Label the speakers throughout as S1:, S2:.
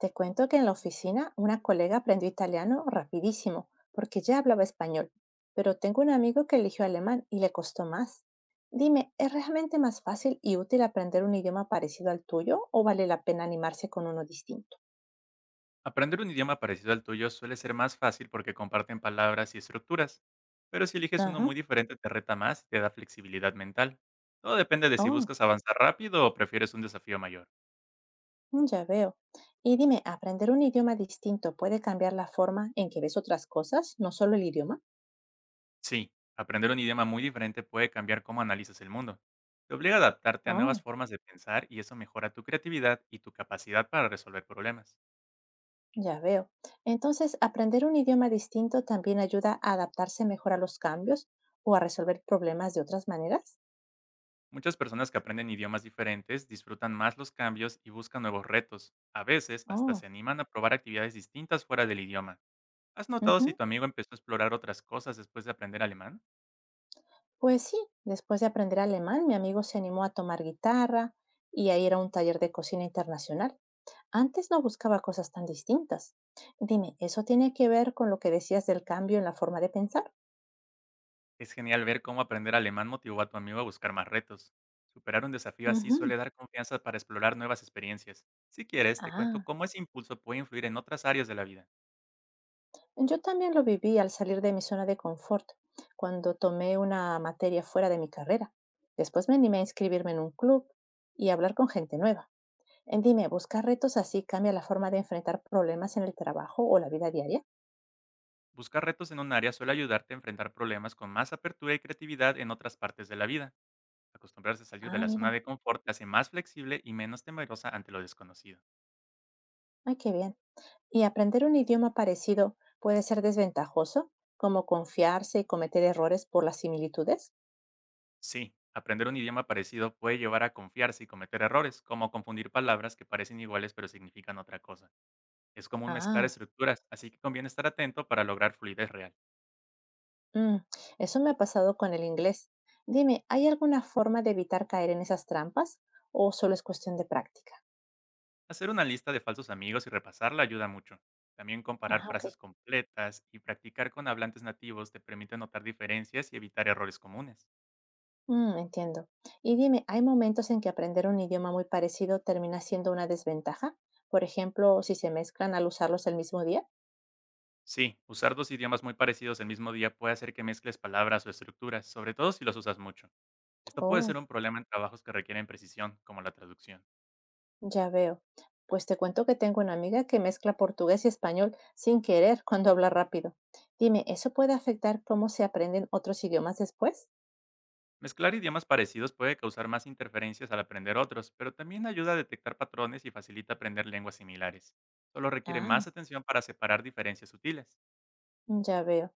S1: Te cuento que en la oficina una colega aprendió italiano rapidísimo, porque ya hablaba español, pero tengo un amigo que eligió alemán y le costó más. Dime, ¿es realmente más fácil y útil aprender un idioma parecido al tuyo o vale la pena animarse con uno distinto?
S2: Aprender un idioma parecido al tuyo suele ser más fácil porque comparten palabras y estructuras, pero si eliges uno
S1: Ajá.
S2: muy diferente te reta más y te da flexibilidad mental. Todo depende de si
S1: Oh,
S2: buscas avanzar rápido o prefieres un desafío mayor.
S1: ya veo. Y dime, ¿aprender un idioma distinto puede cambiar la forma en que ves otras cosas, no solo el idioma?
S2: Sí, aprender un idioma muy diferente puede cambiar cómo analizas el mundo. Te obliga a adaptarte a nuevas
S1: Oh.
S2: formas de pensar y eso mejora tu creatividad y tu capacidad para resolver problemas.
S1: Ya veo. Entonces, ¿aprender un idioma distinto también ayuda a adaptarse mejor a los cambios o a resolver problemas de otras maneras?
S2: Muchas personas que aprenden idiomas diferentes disfrutan más los cambios y buscan nuevos retos. A veces hasta
S1: Oh,
S2: se animan a probar actividades distintas fuera del idioma. ¿Has notado si
S1: ujú.
S2: tu amigo empezó a explorar otras cosas después de aprender alemán?
S1: Pues sí, después de aprender alemán, mi amigo se animó a tomar guitarra y a ir a un taller de cocina internacional. Antes no buscaba cosas tan distintas. Dime, ¿eso tiene que ver con lo que decías del cambio en la forma de pensar?
S2: Es genial ver cómo aprender alemán motivó a tu amigo a buscar más retos. Superar un desafío así
S1: Ujú.
S2: suele dar confianza para explorar nuevas experiencias. Si quieres, te cuento
S1: Ah,
S2: cómo ese impulso puede influir en otras áreas de la vida.
S1: yo también lo viví al salir de mi zona de confort, cuando tomé una materia fuera de mi carrera. Después me animé a inscribirme en un club y hablar con gente nueva. Dime, ¿buscar retos así cambia la forma de enfrentar problemas en el trabajo o la vida diaria?
S2: Buscar retos en un área suele ayudarte a enfrentar problemas con más apertura y creatividad en otras partes de la vida. Acostumbrarse a salir de
S1: Ah,
S2: la zona
S1: mira,
S2: de confort te hace más flexible y menos temerosa ante lo desconocido.
S1: ay, qué bien. ¿Y aprender un idioma parecido puede ser desventajoso, como confiarse y cometer errores por las similitudes?
S2: Sí, aprender un idioma parecido puede llevar a confiarse y cometer errores, como confundir palabras que parecen iguales pero significan otra cosa. Es común mezclar
S1: Ah,
S2: estructuras, así que conviene estar atento para lograr fluidez real.
S1: mm, eso me ha pasado con el inglés. Dime, ¿hay alguna forma de evitar caer en esas trampas o solo es cuestión de práctica?
S2: Hacer una lista de falsos amigos y repasarla ayuda mucho. También comparar
S1: Ah, ok.
S2: frases completas y practicar con hablantes nativos te permite notar diferencias y evitar errores comunes.
S1: Mm, entiendo. Y dime, ¿hay momentos en que aprender un idioma muy parecido termina siendo una desventaja? Por ejemplo, si se mezclan al usarlos el mismo día.
S2: Sí, usar dos idiomas muy parecidos el mismo día puede hacer que mezcles palabras o estructuras, sobre todo si los usas mucho. Esto puede ser
S1: Oh,
S2: un problema en trabajos que requieren precisión, como la traducción.
S1: ya veo. Pues te cuento que tengo una amiga que mezcla portugués y español sin querer cuando habla rápido. Dime, ¿eso puede afectar cómo se aprenden otros idiomas después?
S2: Mezclar idiomas parecidos puede causar más interferencias al aprender otros, pero también ayuda a detectar patrones y facilita aprender lenguas similares. Solo requiere más
S1: Ah,
S2: atención para separar diferencias sutiles.
S1: ya veo.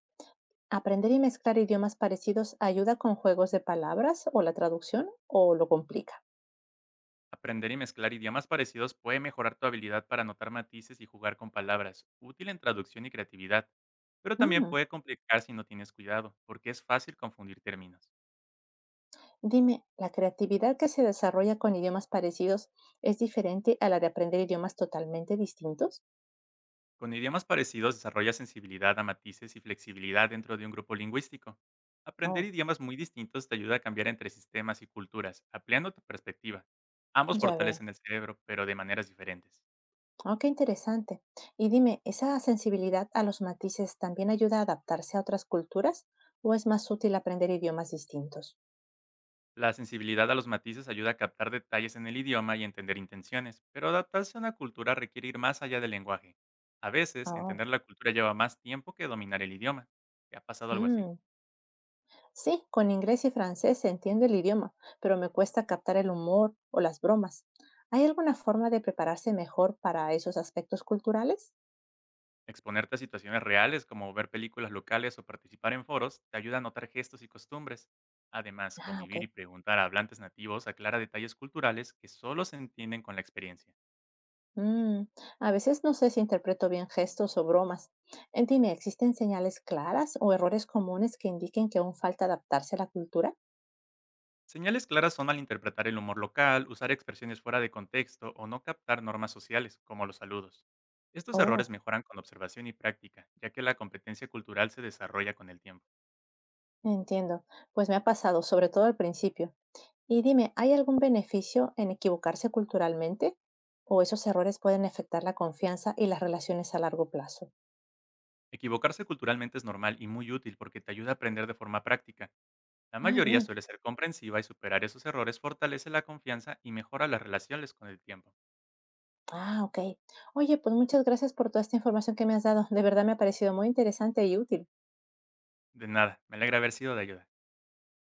S1: ¿Aprender y mezclar idiomas parecidos ayuda con juegos de palabras o la traducción o lo complica?
S2: Aprender y mezclar idiomas parecidos puede mejorar tu habilidad para notar matices y jugar con palabras, útil en traducción y creatividad, pero también
S1: Mm.
S2: puede complicar si no tienes cuidado, porque es fácil confundir términos.
S1: Dime, ¿la creatividad que se desarrolla con idiomas parecidos es diferente a la de aprender idiomas totalmente distintos?
S2: Con idiomas parecidos desarrolla sensibilidad a matices y flexibilidad dentro de un grupo lingüístico. Aprender
S1: Oh,
S2: idiomas muy distintos te ayuda a cambiar entre sistemas y culturas, ampliando tu perspectiva. Ambos
S1: ya veo.
S2: fortalecen el cerebro, pero de maneras diferentes.
S1: Oh, qué interesante. Y dime, ¿esa sensibilidad a los matices también ayuda a adaptarse a otras culturas o es más útil aprender idiomas distintos?
S2: La sensibilidad a los matices ayuda a captar detalles en el idioma y entender intenciones, pero adaptarse a una cultura requiere ir más allá del lenguaje. A veces,
S1: Oh,
S2: entender la cultura lleva más tiempo que dominar el idioma. ¿Te ha pasado algo así?
S1: mm. Sí, con inglés y francés se entiende el idioma, pero me cuesta captar el humor o las bromas. ¿Hay alguna forma de prepararse mejor para esos aspectos culturales?
S2: Exponerte a situaciones reales como ver películas locales o participar en foros te ayuda a notar gestos y costumbres. Además,
S1: Ah, ok.
S2: convivir y preguntar a hablantes nativos aclara detalles culturales que solo se entienden con la experiencia.
S1: Mm, a veces no sé si interpreto bien gestos o bromas. Dime, ¿existen señales claras o errores comunes que indiquen que aún falta adaptarse a la cultura?
S2: Señales claras son malinterpretar el humor local, usar expresiones fuera de contexto o no captar normas sociales, como los saludos. Estos errores
S1: Oh,
S2: mejoran con observación y práctica, ya que la competencia cultural se desarrolla con el tiempo.
S1: entiendo. Pues me ha pasado, sobre todo al principio. Y dime, ¿hay algún beneficio en equivocarse culturalmente? ¿O esos errores pueden afectar la confianza y las relaciones a largo plazo?
S2: Equivocarse culturalmente es normal y muy útil porque te ayuda a aprender de forma práctica. La
S1: Ah,
S2: mayoría
S1: bien.
S2: suele ser comprensiva y superar esos errores fortalece la confianza y mejora las relaciones con el tiempo.
S1: Ah, ok. Oye, pues muchas gracias por toda esta información que me has dado. De verdad me ha parecido muy interesante y útil.
S2: De nada, me alegra haber sido de ayuda.